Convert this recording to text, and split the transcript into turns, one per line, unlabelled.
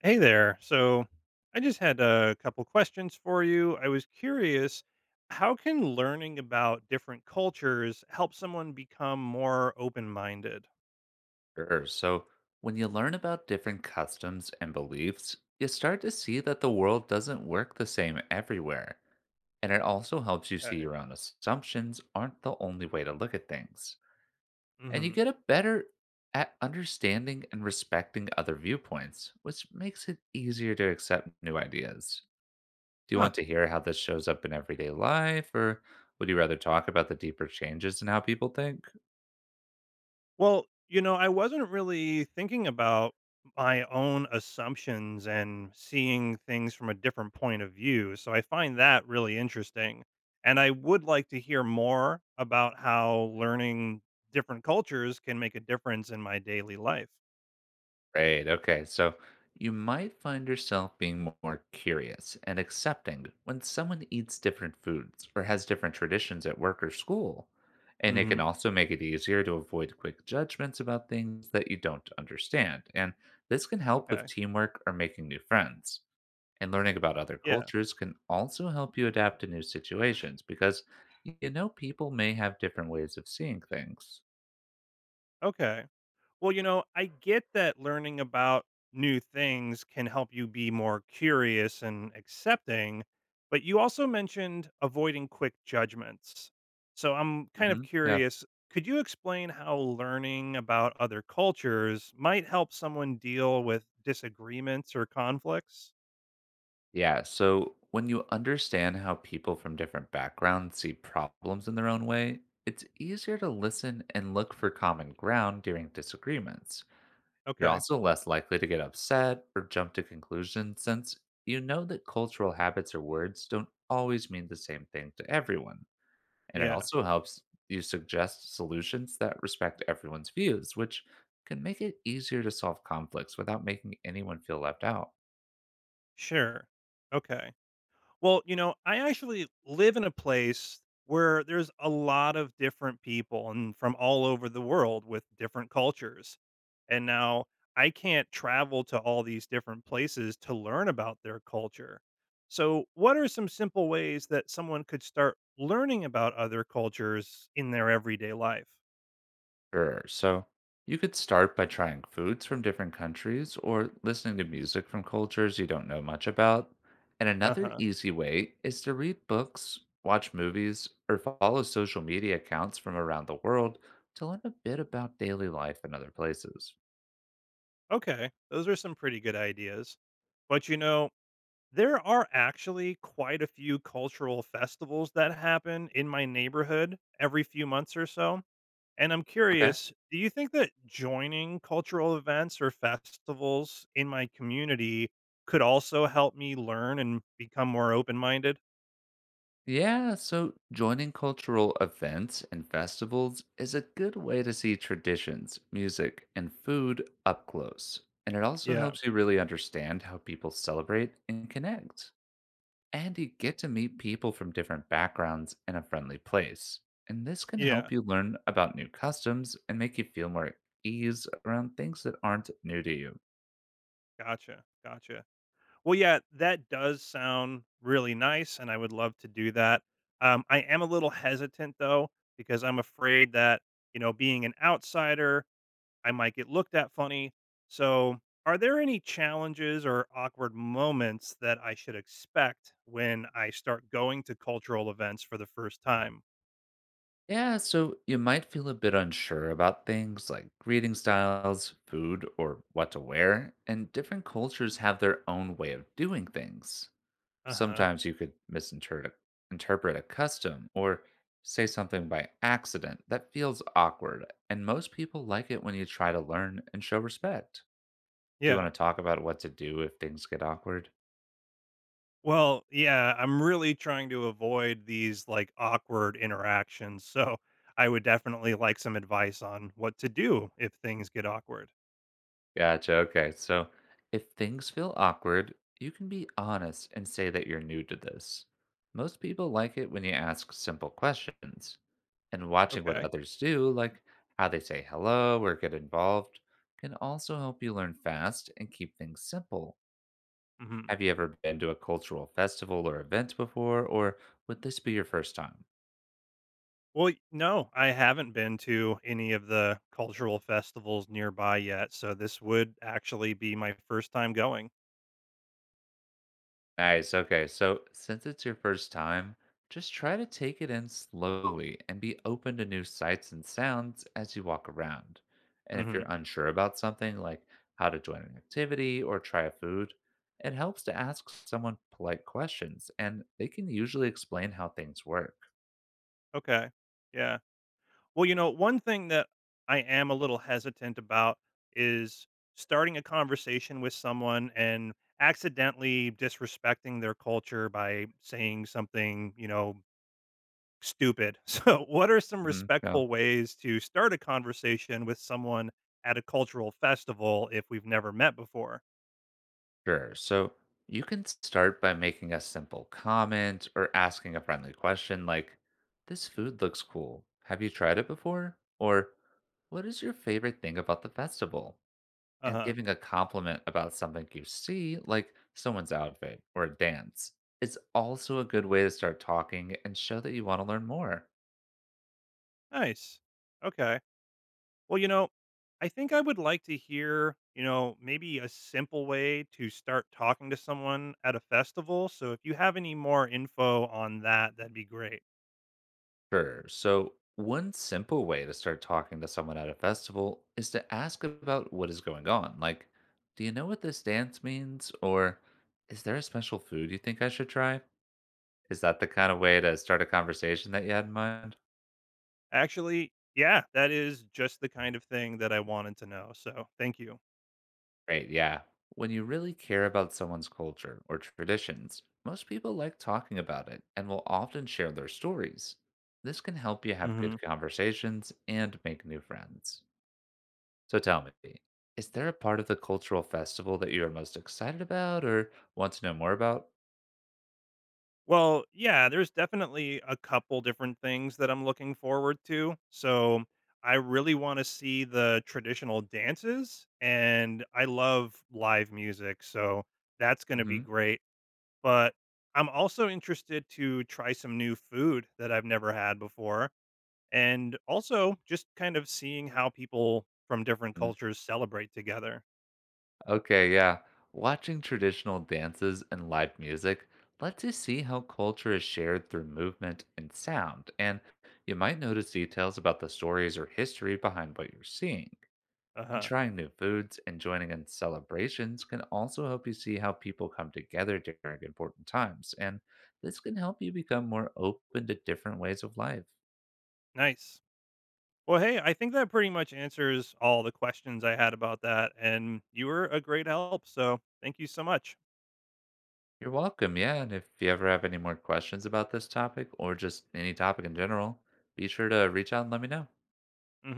Hey there. So I just had a couple questions for you. I was curious, how can learning about different cultures help someone become more open-minded?
Sure. So, when you learn about different customs and beliefs, you start to see that the world doesn't work the same everywhere. And it also helps you see
Okay.
your own assumptions aren't the only way to look at things. And you
Hmm.
get a better at understanding and respecting other viewpoints, which makes it easier to accept new ideas. Do you
Huh.
want to hear how this shows up in everyday life, or would you rather talk about the deeper changes in how people think?
Well, I wasn't really thinking about my own assumptions and seeing things from a different point of view. So I find that really interesting. And I would like to hear more about how learning different cultures can make a difference in my daily life.
Right. Okay. So you might find yourself being more curious and accepting when someone eats different foods or has different traditions at work or school. And it can
Mhm.
also make it easier to avoid quick judgments about things that you don't understand. And this can help with
Okay.
teamwork or making new friends. And learning about other
Yeah.
cultures can also help you adapt to new situations because you know people may have different ways of seeing things.
Okay. Well, I get that learning about new things can help you be more curious and accepting, but you also mentioned avoiding quick judgments. So I'm kind of
Hmm. Yeah.
curious, could you explain how learning about other cultures might help someone deal with disagreements or conflicts?
Yeah. So when you understand how people from different backgrounds see problems in their own way, it's easier to listen and look for common ground during disagreements. You're
Okay.
also less likely to get upset or jump to conclusions since you know that cultural habits or words don't always mean the same thing to everyone. And it
Yeah.
also helps you suggest solutions that respect everyone's views, which can make it easier to solve conflicts without making anyone feel left out.
Sure. Okay. Well, I actually live in a place where there's a lot of different people and from all over the world with different cultures. And now I can't travel to all these different places to learn about their culture. So, what are some simple ways that someone could start learning about other cultures in their everyday life?
Sure. So you could start by trying foods from different countries or listening to music from cultures you don't know much about. And
Uh
another
huh.
easy way is to read books, watch movies, or follow social media accounts from around the world to learn a bit about daily life in other places.
Okay. Those are some pretty good ideas. But there are actually quite a few cultural festivals that happen in my neighborhood every few months or so. And I'm
Okay.
curious, do you think that joining cultural events or festivals in my community could also help me learn and become more open minded?
Yeah, so joining cultural events and festivals is a good way to see traditions, music, and food up close. And it also
Yeah.
helps you really understand how people celebrate and connect. And you get to meet people from different backgrounds in a friendly place. And this can
Yeah.
help you learn about new customs and make you feel more at ease around things that aren't new to you.
Gotcha. Gotcha. Well, yeah, that does sound really nice. And I would love to do that. I am a little hesitant, though, because I'm afraid that, being an outsider, I might get looked at funny. So, are there any challenges or awkward moments that I should expect when I start going to cultural events for the first time?
Yeah, so you might feel a bit unsure about things like greeting styles, food, or what to wear, and different cultures have their own way of doing things.
Uh huh.
Sometimes you could misinterpret interpret a custom or say something by accident that feels awkward, and most people like it when you try to learn and show respect. Do you
Yeah.
want to talk about what to do if things get awkward?
Well, yeah, I'm really trying to avoid these like awkward interactions. So, I would definitely like some advice on what to do if things get awkward.
Gotcha, okay, so if things feel awkward, you can be honest and say that you're new to this. Most people like it when you ask simple questions, and watching what
Okay.
others do, like how they say hello or get involved, can also help you learn fast and keep things simple.
Hmm.
Have you ever been to a cultural festival or event before, or would this be your first time?
Well, no, I haven't been to any of the cultural festivals nearby yet, so this would actually be my first time going.
Nice. Okay. So, since it's your first time, just try to take it in slowly and be open to new sights and sounds as you walk around. And if you're
Hmm.
unsure about something like how to join an activity or try a food, it helps to ask someone polite questions and they can usually explain how things work.
Okay. Yeah. Well, one thing that I am a little hesitant about is starting a conversation with someone and accidentally disrespecting their culture by saying something stupid. So, what are some
Mhm. Yeah.
respectful ways to start a conversation with someone at a cultural festival if we've never met before?
Sure. So you can start by making a simple comment or asking a friendly question like, "This food looks cool. Have you tried it before?" Or, "What is your favorite thing about the festival?" And
Uh-huh.
giving a compliment about something you see, like someone's outfit or a dance, is also a good way to start talking and show that you want to learn more.
Nice. Okay. Well, I think I would like to hear, maybe a simple way to start talking to someone at a festival. So if you have any more info on that, that'd be great.
Sure. So, one simple way to start talking to someone at a festival is to ask about what is going on. Like, do you know what this dance means? Or is there a special food you think I should try? Is that the kind of way to start a conversation that you had in mind?
Actually, yeah, that is just the kind of thing that I wanted to know. So thank you.
Right. Yeah. When you really care about someone's culture or traditions, most people like talking about it and will often share their stories. This can help you have
Hmm.
good conversations and make new friends. So tell me, is there a part of the cultural festival that you're most excited about or want to know more about?
Well, yeah, there's definitely a couple different things that I'm looking forward to. So I really want to see the traditional dances and I love live music. So that's going to be
Hmm.
great. But I'm also interested to try some new food that I've never had before. And also just kind of seeing how people from different cultures celebrate together.
Okay, yeah. Watching traditional dances and live music lets you see how culture is shared through movement and sound, and you might notice details about the stories or history behind what you're seeing.
Uh
And
huh.
trying new foods and joining in celebrations can also help you see how people come together during important times, and this can help you become more open to different ways of life.
Nice. Well, hey, I think that pretty much answers all the questions I had about that. And you were a great help. So thank you so much.
You're welcome. Yeah. And if you ever have any more questions about this topic or just any topic in general, be sure to reach out and let me know.
Hmm.